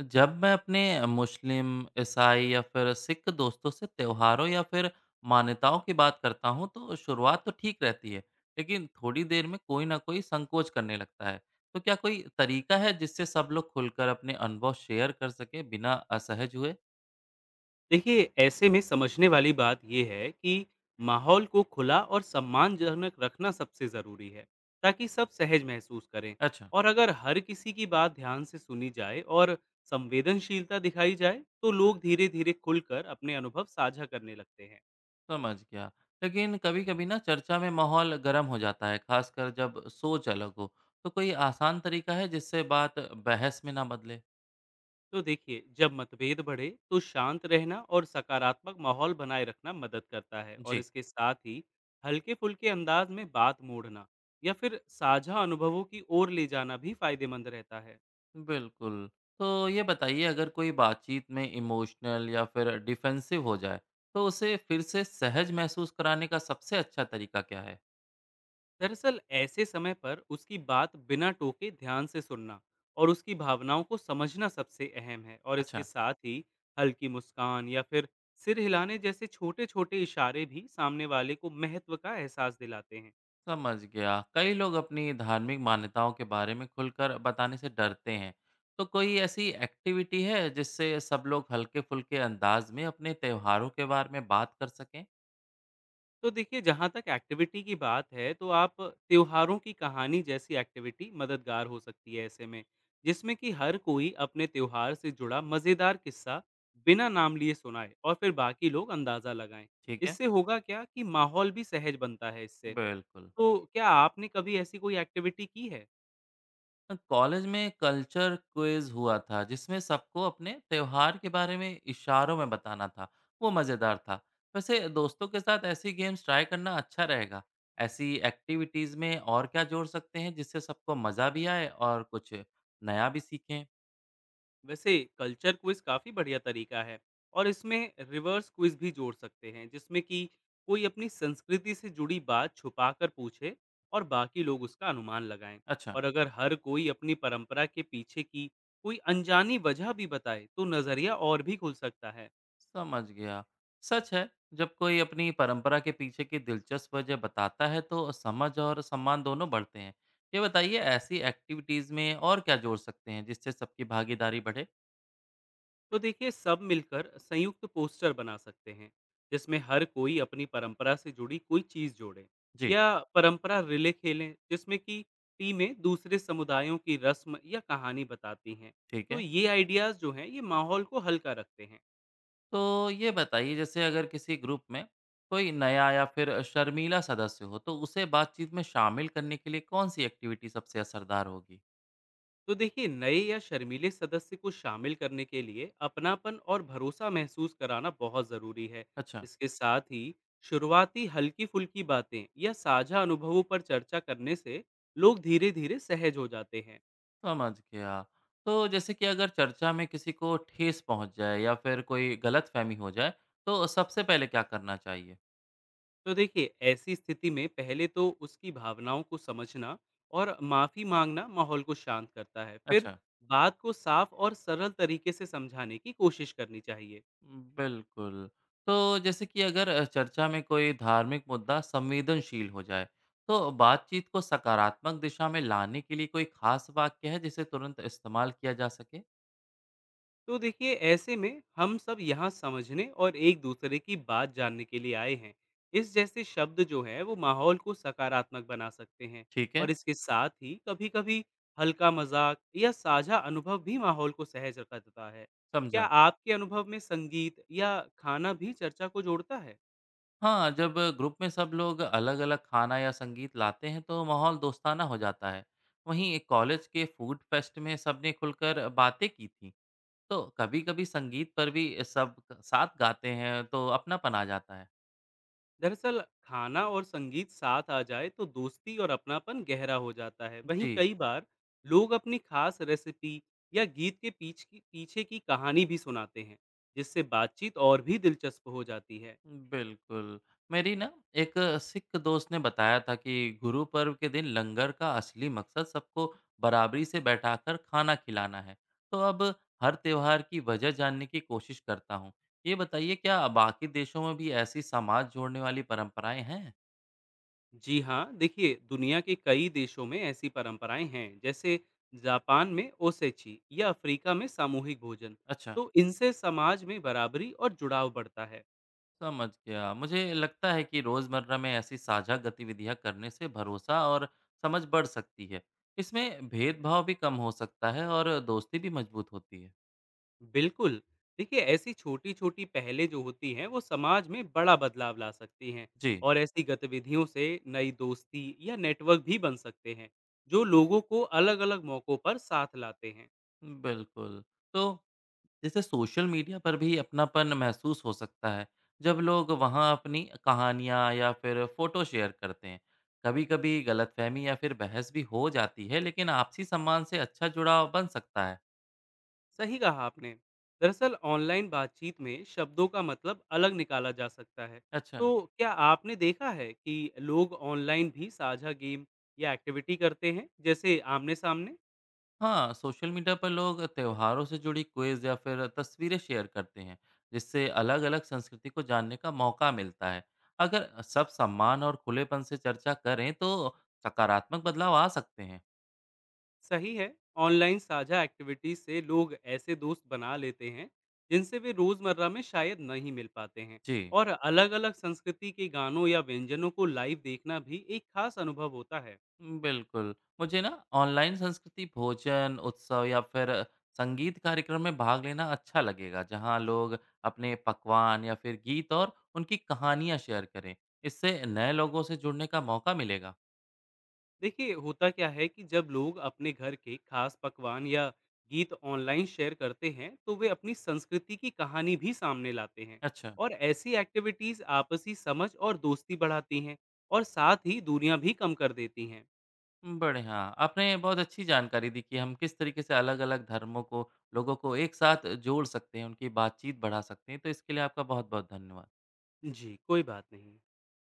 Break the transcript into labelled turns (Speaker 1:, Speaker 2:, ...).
Speaker 1: जब मैं अपने मुस्लिम, ईसाई या फिर सिख दोस्तों से त्योहारों या फिर मान्यताओं की बात करता हूँ तो शुरुआत तो ठीक रहती है, लेकिन थोड़ी देर में कोई ना कोई संकोच करने लगता है। तो क्या कोई तरीका है जिससे सब लोग खुलकर अपने अनुभव शेयर कर सके बिना असहज हुए?
Speaker 2: देखिए ऐसे में समझने वाली बात यह है कि माहौल को खुला और सम्मानजनक रखना सबसे ज़रूरी है ताकि सब सहज महसूस करें।
Speaker 1: अच्छा,
Speaker 2: और अगर हर किसी की बात ध्यान से सुनी जाए और संवेदनशीलता दिखाई जाए तो लोग धीरे धीरे खुलकर अपने अनुभव साझा करने लगते हैं।
Speaker 1: समझ गया। लेकिन कभी-कभी ना चर्चा में माहौल गर्म हो जाता है, खासकर जब सोच अलग हो। तो कोई आसान तरीका है जिससे बात बहस में ना बदले?
Speaker 2: तो देखिए, जब मतभेद बढ़े तो शांत रहना और सकारात्मक माहौल बनाए रखना मदद करता है, और
Speaker 1: जी।
Speaker 2: इसके साथ ही हल्के फुल्के अंदाज में बात मोड़ना या फिर साझा अनुभवों की ओर ले जाना भी फायदेमंद रहता है।
Speaker 1: बिल्कुल। तो ये बताइए अगर कोई बातचीत में इमोशनल या फिर डिफेंसिव हो जाए, तो उसे फिर से सहज महसूस कराने का सबसे अच्छा तरीका क्या है?
Speaker 2: दरअसल ऐसे समय पर उसकी बात बिना टोके ध्यान से सुनना और उसकी भावनाओं को समझना सबसे अहम है, और इसके
Speaker 1: अच्छा,
Speaker 2: साथ ही हल्की मुस्कान या फिर सिर हिलाने जैसे छोटे छोटे इशारे भी सामने वाले को महत्व का एहसास दिलाते हैं।
Speaker 1: समझ गया। कई लोग अपनी धार्मिक मान्यताओं के बारे में खुलकर बताने से डरते हैं। तो कोई ऐसी एक्टिविटी है जिससे सब लोग हल्के-फुल्के अंदाज में अपने त्योहारों के बारे में बात कर सकें?
Speaker 2: तो देखिए, जहाँ तक एक्टिविटी की बात है तो आप त्योहारों की कहानी जैसी एक्टिविटी मददगार हो सकती है। ऐसे में जिसमें कि हर कोई अपने त्योहार से जुड़ा मज़ेदार किस्सा बिना नाम लिए सुनाए और फिर बाकी लोग अंदाज़ा लगाएं।
Speaker 1: ठीक है,
Speaker 2: इससे होगा क्या कि माहौल भी सहज बनता है इससे।
Speaker 1: बिल्कुल।
Speaker 2: तो क्या आपने कभी ऐसी कोई एक्टिविटी की है?
Speaker 1: कॉलेज में कल्चर क्विज हुआ था जिसमें सबको अपने त्योहार के बारे में इशारों में बताना था। वो मज़ेदार था। वैसे दोस्तों के साथ ऐसी गेम्स ट्राई करना अच्छा रहेगा। ऐसी एक्टिविटीज़ में और क्या जोड़ सकते हैं जिससे सबको मज़ा भी आए और कुछ नया भी सीखें?
Speaker 2: वैसे कल्चर क्विज काफी बढ़िया तरीका है, और इसमें रिवर्स क्विज भी जोड़ सकते हैं जिसमें कि कोई अपनी संस्कृति से जुड़ी बात छुपाकर पूछे और बाकी लोग उसका अनुमान लगाएं।
Speaker 1: अच्छा,
Speaker 2: और अगर हर कोई अपनी परंपरा के पीछे की कोई अनजानी वजह भी बताए तो नजरिया और भी खुल सकता है।
Speaker 1: समझ गया। सच है। जब कोई अपनी परंपरा के पीछे की दिलचस्प वजह बताता है तो समझ और सम्मान दोनों बढ़ते हैं। ये बताइए ऐसी एक्टिविटीज़ में और क्या जोड़ सकते हैं जिससे सबकी भागीदारी बढ़े?
Speaker 2: तो देखिए, सब मिलकर संयुक्त पोस्टर बना सकते हैं जिसमें हर कोई अपनी परंपरा से जुड़ी कोई चीज जोड़े,
Speaker 1: जी,
Speaker 2: या परंपरा रिले खेलें जिसमें कि टीमें दूसरे समुदायों की रस्म या कहानी बताती हैं।
Speaker 1: ठीक
Speaker 2: तो
Speaker 1: है।
Speaker 2: ये आइडियाज जो हैं ये माहौल को हल्का रखते हैं।
Speaker 1: तो ये बताइए जैसे अगर किसी ग्रुप में कोई नया या फिर शर्मीला सदस्य हो तो उसे बातचीत में शामिल करने के लिए कौन-सी एक्टिविटी सबसे असरदार होगी?
Speaker 2: तो देखिए, नए या शर्मीले सदस्य को शामिल करने के लिए अपनापन और भरोसा महसूस कराना बहुत ज़रूरी है।
Speaker 1: अच्छा,
Speaker 2: इसके साथ ही शुरुआती हल्की फुल्की बातें या साझा अनुभवों पर चर्चा करने से लोग धीरे धीरे सहज हो जाते हैं।
Speaker 1: समझ गया। तो जैसे कि अगर चर्चा में किसी को ठेस पहुँच जाए या फिर कोई गलतफ़हमी हो जाए, तो सबसे पहले क्या करना चाहिए?
Speaker 2: तो देखिए, ऐसी स्थिति में पहले तो उसकी भावनाओं को समझना और माफ़ी मांगना माहौल को शांत करता है। फिर
Speaker 1: अच्छा।
Speaker 2: बात को साफ और सरल तरीके से समझाने की कोशिश करनी चाहिए।
Speaker 1: बिल्कुल। तो जैसे कि अगर चर्चा में कोई धार्मिक मुद्दा संवेदनशील हो जाए, तो बातचीत को सकारात्मक दिशा में लाने के लिए कोई खास वाक्य है जिसे तुरंत इस्तेमाल किया जा सके?
Speaker 2: तो देखिए, ऐसे में हम सब यहाँ समझने और एक दूसरे की बात जानने के लिए आए हैं, इस जैसे शब्द जो है वो माहौल को सकारात्मक बना सकते हैं।
Speaker 1: ठीक है,
Speaker 2: और इसके साथ ही कभी कभी हल्का मजाक या साझा अनुभव भी माहौल को सहज रखा देता है। क्या
Speaker 1: समझा।
Speaker 2: आपके अनुभव में संगीत या खाना भी चर्चा को जोड़ता है?
Speaker 1: हाँ, जब ग्रुप में सब लोग अलग-अलग खाना या संगीत लाते हैं तो माहौल दोस्ताना हो जाता है। वहीं एक कॉलेज के फूड फेस्ट में सबने खुलकर बातें की थी। तो कभी-कभी संगीत पर भी सब साथ गाते हैं तो अपनापन आ जाता है।
Speaker 2: दरअसल खाना और संगीत साथ आ जाए तो दोस्ती और अपनापन गहरा हो जाता है। वहीं
Speaker 1: जी।
Speaker 2: कई बार लोग अपनी खास रेसिपी या गीत के पीछ की पीछे की कहानी भी सुनाते हैं जिससे बातचीत और भी दिलचस्प हो जाती है।
Speaker 1: बिल्कुल। मेरी ना एक सिख दोस्त ने बताया था कि गुरु पर्व के दिन लंगर का असली मकसद सबको बराबरी से बैठाकर खाना खिलाना है। तो अब हर त्योहार की वजह जानने की कोशिश करता हूँ। ये बताइए क्या बाकी देशों में भी ऐसी समाज जोड़ने वाली परंपराएं हैं?
Speaker 2: जी हाँ, देखिए, दुनिया के कई देशों में ऐसी परंपराएं हैं, जैसे जापान में ओसेची या अफ्रीका में सामूहिक भोजन।
Speaker 1: अच्छा,
Speaker 2: तो इनसे समाज में बराबरी और जुड़ाव बढ़ता है।
Speaker 1: समझ गया। मुझे लगता है कि रोजमर्रा में ऐसी साझा गतिविधियां करने से भरोसा और समझ बढ़ सकती है। इसमें भेदभाव भी कम हो सकता है और दोस्ती भी मजबूत होती है।
Speaker 2: बिल्कुल। देखिए, ऐसी छोटी-छोटी पहलें जो होती हैं, वो समाज में बड़ा बदलाव ला सकती हैं।
Speaker 1: जी।
Speaker 2: और ऐसी गतिविधियों से नई दोस्ती या नेटवर्क भी बन सकते हैं, जो लोगों को अलग-अलग मौक़ों पर साथ लाते हैं।
Speaker 1: बिल्कुल। तो जैसे सोशल मीडिया पर भी अपनापन महसूस हो सकता है, जब लोग वहाँ अपनी कहानियाँ या फिर फ़ोटो शेयर करते हैं। कभी-कभी गलतफ़हमी या फिर बहस भी हो जाती है, लेकिन आपसी सम्मान से अच्छा जुड़ाव बन सकता है।
Speaker 2: सही कहा आपने। दरअसल ऑनलाइन बातचीत में शब्दों का मतलब अलग निकाला जा सकता है। तो
Speaker 1: अच्छा।
Speaker 2: क्या आपने देखा है कि लोग ऑनलाइन भी साझा गेम या एक्टिविटी करते हैं, जैसे आमने-सामने?
Speaker 1: हाँ, सोशल मीडिया पर लोग त्योहारों से जुड़ी क्विज़ या फिर तस्वीरें शेयर करते हैं, जिससे अलग-अलग संस्कृति को जानने का मौका मिलता है। अगर सब सम्मान और खुलेपन से चर्चा करें, तो सकारात्मक बदलाव आ सकते हैं।
Speaker 2: सही है। ऑनलाइन साझा एक्टिविटी से लोग ऐसे दोस्त बना लेते हैं जिनसे वे रोजमर्रा में शायद नहीं मिल पाते हैं।
Speaker 1: जी।
Speaker 2: और अलग अलग संस्कृति के गानों या व्यंजनों को लाइव देखना भी एक खास अनुभव होता है।
Speaker 1: बिल्कुल। मुझे ना ऑनलाइन संस्कृति भोजन, उत्सव या फिर संगीत कार्यक्रम में भाग लेना अच्छा लगेगा, जहाँ लोग अपने पकवान या फिर गीत और उनकी कहानियाँ शेयर करें। इससे नए लोगों से जुड़ने का मौका मिलेगा।
Speaker 2: देखिए, होता क्या है कि जब लोग अपने घर के खास पकवान या गीत ऑनलाइन शेयर करते हैं तो वे अपनी संस्कृति की कहानी भी सामने लाते हैं।
Speaker 1: अच्छा।
Speaker 2: और ऐसी एक्टिविटीज आपसी समझ और दोस्ती बढ़ाती हैं और साथ ही दूरियां भी कम कर देती हैं।
Speaker 1: बढ़िया, आपने बहुत अच्छी जानकारी दी कि हम किस तरीके से अलग-अलग धर्मों को लोगों को एक साथ जोड़ सकते हैं, उनकी बातचीत बढ़ा सकते हैं। तो इसके लिए आपका बहुत-बहुत धन्यवाद।
Speaker 2: जी, कोई बात नहीं।